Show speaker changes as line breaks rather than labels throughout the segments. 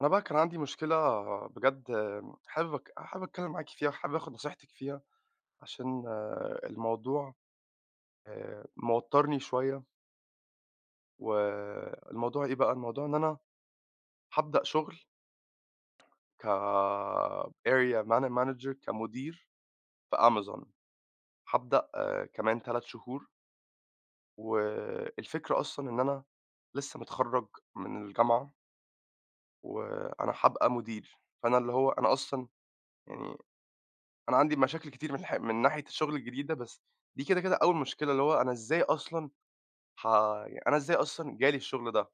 أنا بقى كان عندي مشكلة بجد. حابب أك حابب أتكلّم معاكِ فيها، وحابب آخُد نصيحتِك فيها، عشان الموضوع موتّرني شوية. والموضوع إيه بقى؟ الموضوع إن أنا هابدأ شُغل كArea Man Manager، كمدير في Amazon. هابدأ كمان 3 شهور. والفكرة أصلًا إن أنا لسّه متخرّج من الجامعة، وأنا هابقى مدير. فأنا اللي هو أنا أصلًا يعني أنا عندي مشاكل كتير من من ناحية الشغل الجديد ده. بس دي كده أول مشكلة، اللي هو أنا إزاي أصلًا ه جالي الشغل ده؟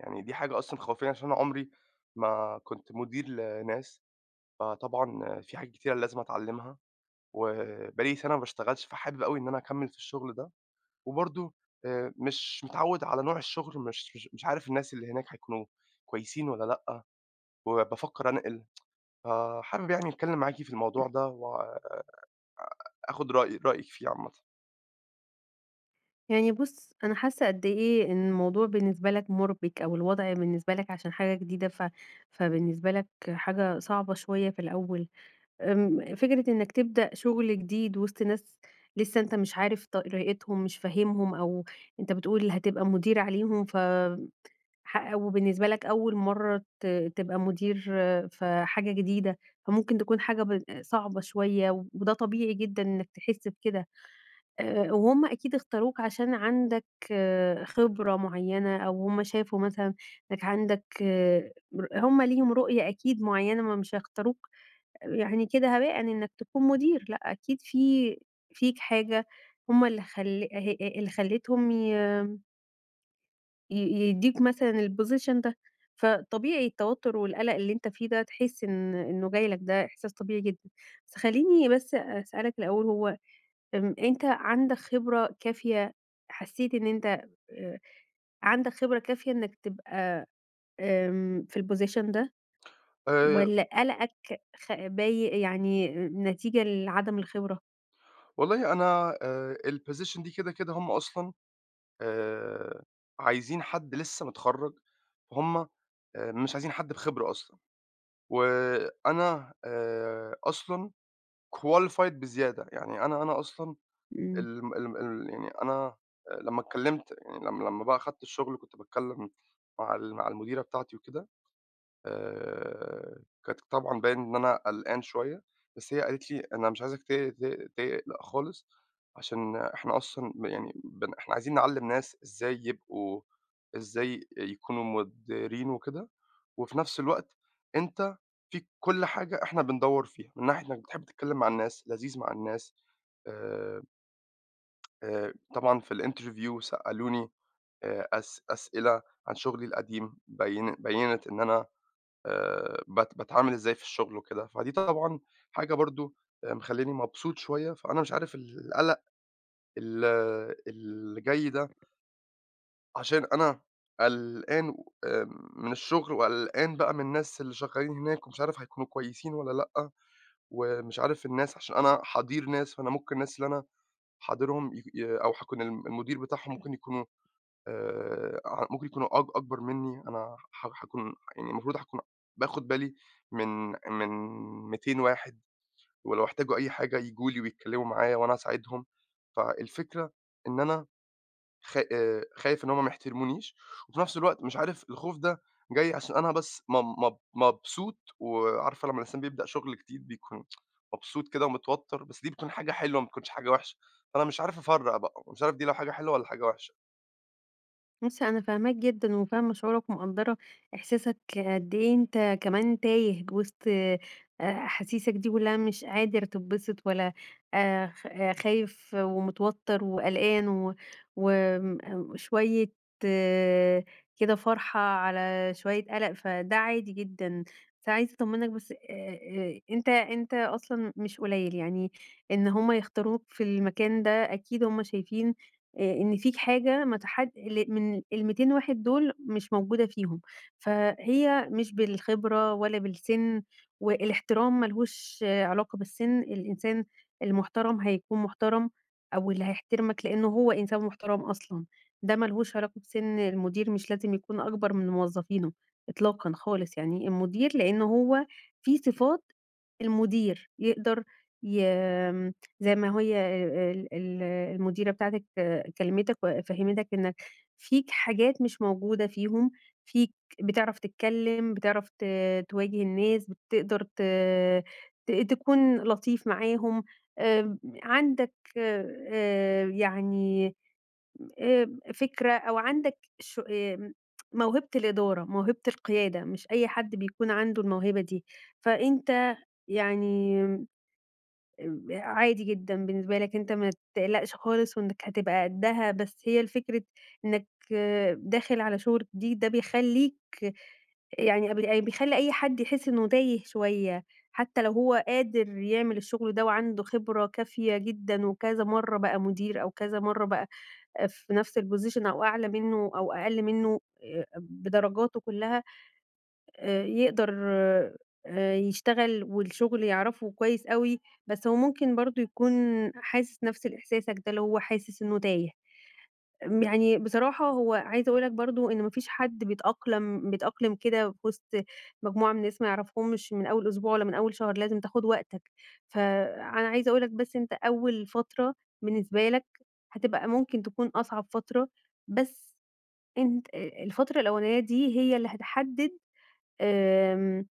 يعني دي حاجة أصلًا مخوّفاني، عشان أنا عمري ما كنت مدير لناس، فطبعًا في حاجات كتيرة لازم أتعلّمها. وبقى لي سَنة ما باشتغلش، فحابب أوي إن أنا أكمّل في الشغل ده. وبرضه مش متعوّد على نوع الشغل، مش عارف الناس اللي هناك هيكونوا كويسين والّا لأ، وبافكّر أنقل. فحابب يعني أتكلّم معاكِ في الموضوع ده وآخُد رأيِك فيه عامةً.
يعني بُص، أنا حاسة قد إيه إن الموضوع بالنسبة لك مُربِك أو الوضع بالنسبة لك عشان حاجة جديدة، فبالنسبة لك حاجة صعبة شوية في الأول. فكرة إنك تبدأ شُغل جديد وسط ناس لسه أنت مش عارف طريقتهم، مش فاهمهم، أو أنت بتقول هتبقى مدير عليهم، ف ح وبالنسبة لك أول مرّة تبقى مدير، في حاجة جديدة، فممكن تكون حاجة صعبة شوية، وده طبيعي جدًا إنك تحس بكده. وهُم أكيد اختاروك عشان عندك، خبرة معيّنة، أو هُم شافوا مثلًا إنك عندك، آه، ر هُم ليهم رؤية أكيد معيّنة، ما مش هيختاروك يعني كده هباءً إنك تكون مدير. لأ، أكيد فيك حاجة هُم اللي خل ه اللي خلّتهم ي ي يدّيوك مثلًا الposition ده، فطبيعي التوتر والقلق اللي أنت فيه ده، تحس إنه جاي لك، ده إحساس طبيعي جدًا. بس خلّيني بس أسألك الأول، هو أنت عندك خبرة كافية؟ حسّيت إن أنت، عندك خبرة كافية إنّك تبقى، في الposition ده،
آآ
والّا قلقك خ باي يعني نتيجة لعدم الخبرة؟
والله أنا الposition دي كده، هم أصلًا آآ عايزين حد لسه متخرّج، فهُم مش عايزين حد بخبرة أصلًا. وأنا أصلًا qualified بزيادة. يعني أنا أصلًا
إمم.
الم الم ال يعني أنا، لمّا اتكلمت، يعني لمّا بقى أخدت الشغل، كنت باتكلم مع المديرة بتاعتي وكده. آآ كانت طبعًا باين إن أنا قلقان شوية، بس هي قالت لي: "أنا مش عايزاك ت ت تقلق خالص، عشان إحنا أصلًا ب يعني بن إحنا عايزين نعلّم ناس إزاي يكونوا مديرين وكده. وفي نفس الوقت أنت فيك كل حاجة إحنا بندوّر فيها، من ناحية إنك بتحب تتكلّم مع الناس، لذيذ مع الناس." آآ طبعًا في الinterview سألوني أس أسئلة عن شغلي القديم، بيّنت إن أنا باتعامل إزاي في الشغل وكده، فدي طبعًا حاجة برضه مخلّياني مبسوط شوية. فأنا مش عارف القلق ال اللي جاي ده، عشان أنا قلقان آآ من الشغل، وقلقان بقى من الناس اللي شغّالين هناك، ومش عارف هيكونوا كويسين والّا لأ. ومش عارف الناس، عشان أنا حَضير ناس، فأنا ممكن الناس اللي أنا حاضرهم يك ي أو هاكون المدير بتاعهم، ممكن يكونوا ع ممكن يكونوا أكبر منّي. أنا حاكون يعني المفروض هاكون باخُد بالي من من 200 واحد، ولو احتاجوا أي حاجة ييجوا لي ويتكلّموا معايا وأنا أساعدهم. فالفكرة إن أنا خا خايف إن هم ما يحترمونيش. وفي نفْس الوقت مش عارف الخوف ده جاي عشان أنا بس م مب مبسوط، وعارفة لمّا الإنسان بيبدأ شُغل جديد بيكون مبسوط كده ومتوتّر، بس دي بتكون حاجة حلوة، ما بتكونش حاجة وِحشة. فأنا مش عارف أفرّق بقى، مش عارف دي لو حاجة حلوة والّا حاجة وِحشة.
بُصّي، أنا فاهماك جدًا، وفاهمة شعورك، ومقدّرة إحساسك قد إيه. أنت كمان تايه وسط أحاسيسك دي كلّها، مش قادر تتبسط، ولا خ آه، خايف ومتوتّر وقلقان و وم شوية كده، فرحة على شوية قلق، فده عادي جدًا. بس عايزة أطمّنك بس، أنت أصلًا مش قليّل، يعني إن هم يختاروك في المكان ده، أكيد هم شايفين إن فيك حاجة ما تحد من ال200 واحد دول مش موجودة فيهم، فهي مش بالخبرة ولا بالسِن. والاحترام ما لهوش علاقة بالسِن، الإنسان المحترم هيكون محترم، أو اللي هيحترمك لإنه هو إنسان محترم أصلًا. ده ما لهوش علاقة بسِن المدير، مش لازم يكون أكبر من موظفينه إطلاقًا خالص يعني. المدير لإنه هو فيه صفات، المدير يقدر ي زي ما هي ال ال المديرة بتاعتِك كلمتك وفهّمتك إنك فيك حاجات مش موجودة فيهم. فيك، بتعرف تتكلّم، بتعرف تواجه الناس، بتقدر ت ت تكون لطيف معاهم، عندك، يعني، آآ، فكرة، أو عندك ش آمم، موهبة الإدارة، موهبة القيادة، مش أي حد بيكون عنده الموهبة دي. فأنت يعني، عادي جدًا بالنسبة لك، أنت ما تقلقش خالص وإنك هتبقى قدّها. بس هي الفكرة إنك داخل على شغل جديد، ده بيخلّيك يعني، قبل أي، بيخلّي أي حد يحس إنه تايه شوية، حتى لو هو قادر يعمل الشغل ده، وعنده خبرة كافية جدًا، وكذا مرّة بقى مدير، أو كذا مرّة بقى في نفس الposition، أو أعلى منّه أو أقل منّه، بدرجاته كلّها. يقدر يشتغل، والشغل يعرفه كويس أوي، بس هو ممكن برضه يكون حاسس نفس إحساسك ده، اللي هو حاسس إنه تايه. يعني بصراحة هو عايزة أقول لك برضه إن ما فيش حد بيتأقلم كده في وسط مجموعة من الناس ما يعرفهمش من أول أسبوع ولا من أول شهر، لازم تاخد وقتك. فأنا عايزة أقول لك بس، أنت أول فترة بالنسبة لك هتبقى، ممكن تكون أصعب فترة، بس أنت، الفترة الأولانية دي هي اللي هتحدد، آمم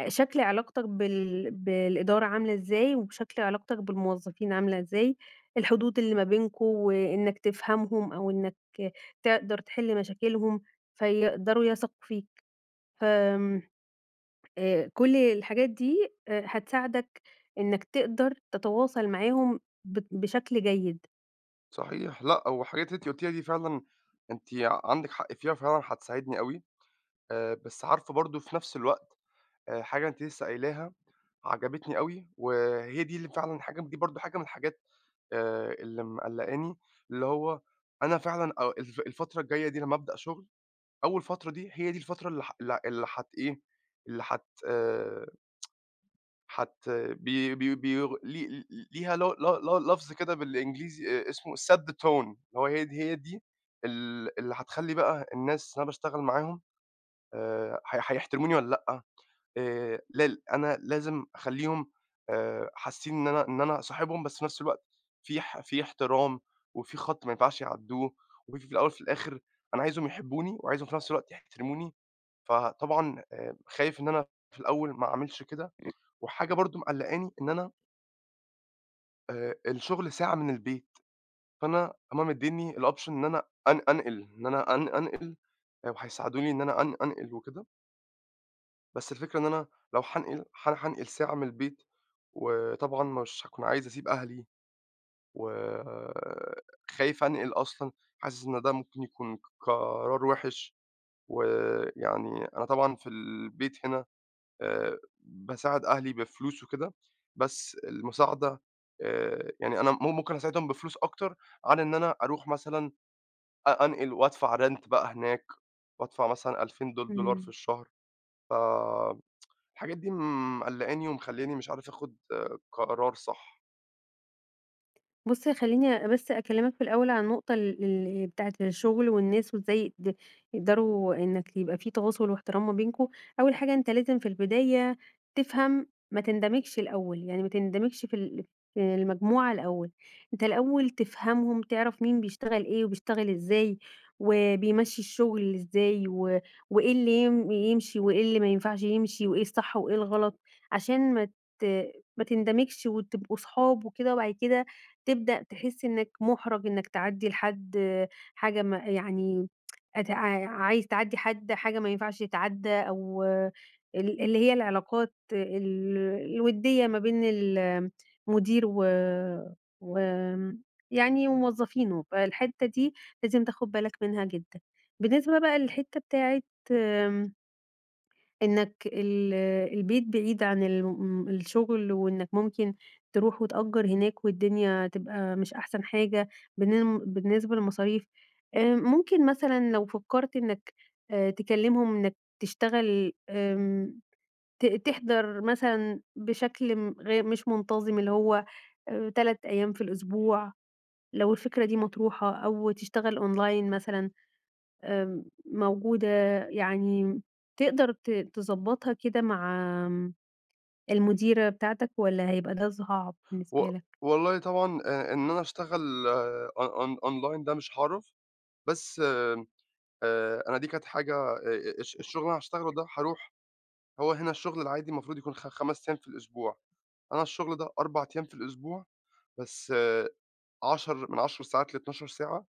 أ شكل علاقتك بالإدارة عاملة إزاي، وشكل علاقتك بالموظفين عاملة إزاي، الحدود اللي ما بينكم، وإنك تفهمهم أو إنك تقدر تحل مشاكلهم فيقدروا يثقوا فيك. فآمم كل الحاجات دي هتساعدك إنك تقدر تتواصل معاهم بشكل جيد.
صحيح، لأ، هو الحاجات اللي أنتِ قُلتيها دي فعلًا أنتِ عندِك حق فيها، وفعلًا هتساعدني أوي. بس عارفة برضه في نفس الوقت، حاجة أنتِ لسه قايلاها عجبتني أوي، وهي دي اللي فعلًا حاجة دي برضه حاجة من الحاجات اللي مقلقاني، اللي هو أنا فعلًا أ الف الفترة الجاية دي لمّا أبدأ شغل. أول فترة دي هي دي الفترة اللي ح اللي اللي هت إيه، اللي هت حت بي بي بي لي ليها لو ل ل لفظ كده بالإنجليزي اسمه set the tone، اللي هو هي دي اللي هتخلّي بقى الناس اللي أنا باشتغل معاهم هيحترموني والّا لأ. لال أنا لازم أخلّيهم حاسين إن أنا صاحبهم، بس في نفس الوقت في احترام، وفي خَط ما ينفعش يعدّوه. وفي الأول وفي الآخر أنا عايزهم يحبوني، وعايزهم في نفس الوقت يحترموني. فطبعًا خايف إن أنا في الأول ما أعملش كده. وحاجة برضه مقلّقاني إن أنا الشغل ساعة من البيت. فأنا هم مدّينّي الoption إن أنا أن أنقل، إن أنا أن أنقل وهيساعدوني إن أنا أنقل وكده. بس الفكرة إن أنا لو هانقل هانقل ساعة من البيت، وطبعًا مش هاكون عايز أسيب أهلي، وخايف أنقل أصلًا. حاسس إن ده ممكن يكون قرار وِحِش. ويعني أنا طبعًا في البيت هنا باساعد أهلي بفلوس وكده، بس المساعدة يعني أنا ممكن أساعدهم بفلوس أكتر عن إن أنا أروح مثلًا أنقل وأدفع rent بقى هناك، وأدفع مثلًا 2000 دولار في
إمم.
الشهر. فالحاجات دي مقلّقاني ومخلّياني مش عارف آخُد قرار صح.
بُص، خلّيني بس أكلّمك في الأول عن النقطة ال ال بتاعة الشغل والناس، وإزاي يقدروا إنّك يبقى في تواصل واحترام ما بينكم. أول حاجة أنت لازم في البداية تفهم، ما تندمجش الأول، يعني ما تندمجش في المجموعة الأول. أنت الأول تفهمهم، تعرف مين بيشتغل إيه وبيشتغل إزاي، وبيمشّي الشغل إزاي، وإيه اللي يمشي وإيه اللي ما ينفعش يمشي، وإيه الصح وإيه الغلط، عشان ت ما تندمجش وتبقوا صحاب وكده، وبعد كده تبدأ تحس إنك مُحرَج إنك تعدّي لحد حاجة ما، يعني أت ع عايز تعدّي حد حاجة ما ينفعش تتعدّى، أو اللي هي العلاقات الوديّة ما بين المدير و وآمم يعني وموظفينه، فالحتّة دي لازم تاخُد بالك منها جدًا. بالنسبة بقى للحتّة بتاعة، آمم إنك البيت بعيد عن الشغل، وإنك ممكن تروح وتأجر هناك، والدنيا تبقى مش أحسن حاجة بالنسبة للمصاريف، ممكن مثلًا لو فكرت إنك، تكلمهم إنك تشتغل، تحضر مثلًا بشكل م غي مش منتظم، اللي هو 3 أيام في الأسبوع، لو الفكرة دي مطروحة، أو تشتغل أونلاين مثلًا. موجودة، يعني تقدر تضبّطها كده مع آمم، المديرة بتاعتك، والّا هيبقى ده صعب
و
بالنسبة لك؟
والله طبعًا إن أنا أشتغل أونلاين ده مش هاعرف. بس أنا دي كانت حاجة، الشغل اللي أنا هاشتغله ده هاروح، هو هنا الشغل العادي المفروض يكون 5 أيام في الأسبوع. أنا الشغل ده 4 أيام في الأسبوع، بس 10 من 10 ساعات ل12 ساعة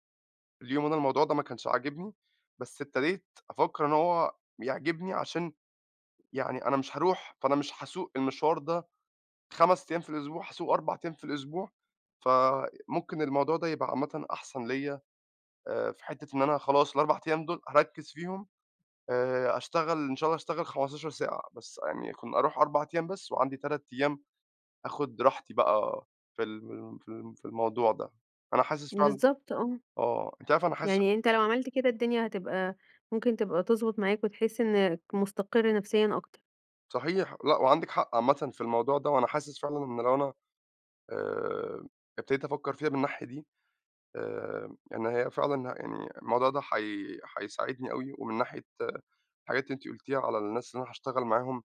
في اليوم. وأنا الموضوع ده ما كانش عاجبني، بس ابتديت أفكّر إن هو يعجبني، عشان يعني أنا مش هاروح، فأنا مش هاسوق المشوار ده 5 أيام في الأسبوع، هاسوق 4 أيام في الأسبوع. فممكن الموضوع ده يبقى عامةً أحسن ليّا في حتّة إن أنا خلاص ال4 أيام دول هاركّز فيهم، أشتغل إن شاء الله، أشتغل 15 ساعة، بس يعني كن أروح 4 أيام بس، وعندي 3 أيام آخُد راحتي بقى في الموضوع ده. أنا حاسس فعلًا
بالضبط،
آه. أنتِ عارفة أنا حاسس
يعني أنت لو عملت كده، الدنيا هتبقى، ممكن تبقى تضبط معاك، وتحس إنك مستقر نفسيًا أكتر.
صحيح، لأ، وعندِك حق عامةً في الموضوع ده. وأنا حاسس فعلًا إن لو أنا آآ ابتديت أفكّر فيها من الناحية دي، إن هي فعلًا يعني الموضوع ده حيساعدني أوي. ومن ناحية الحاجات اللي أنتِ قُلتيها على الناس اللي أنا هاشتغل معاهم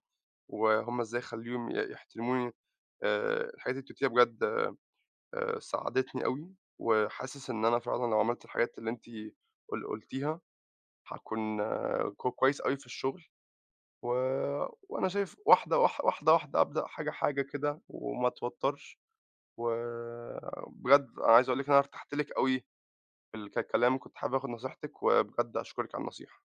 وهُم إزاي أخلّيهم يحترموني، الحاجات اللي أنتِ قُلتيها بجد ساعدتني أوي. وحاسس إن أنا فعلًا لو عملت الحاجات اللي أنتِ قُلتيها هاكون كويس أوي في الشغل. و وأنا شايف واحدة واحدة أبدأ حاجة حاجة كده وما أتوترش. وبجد أنا عايز أقول لِك إن أنا ارتحت لِك أوي في كلام. كنت حابب آخد نصيحتِك، وبجد أشكرِك على النصيحة.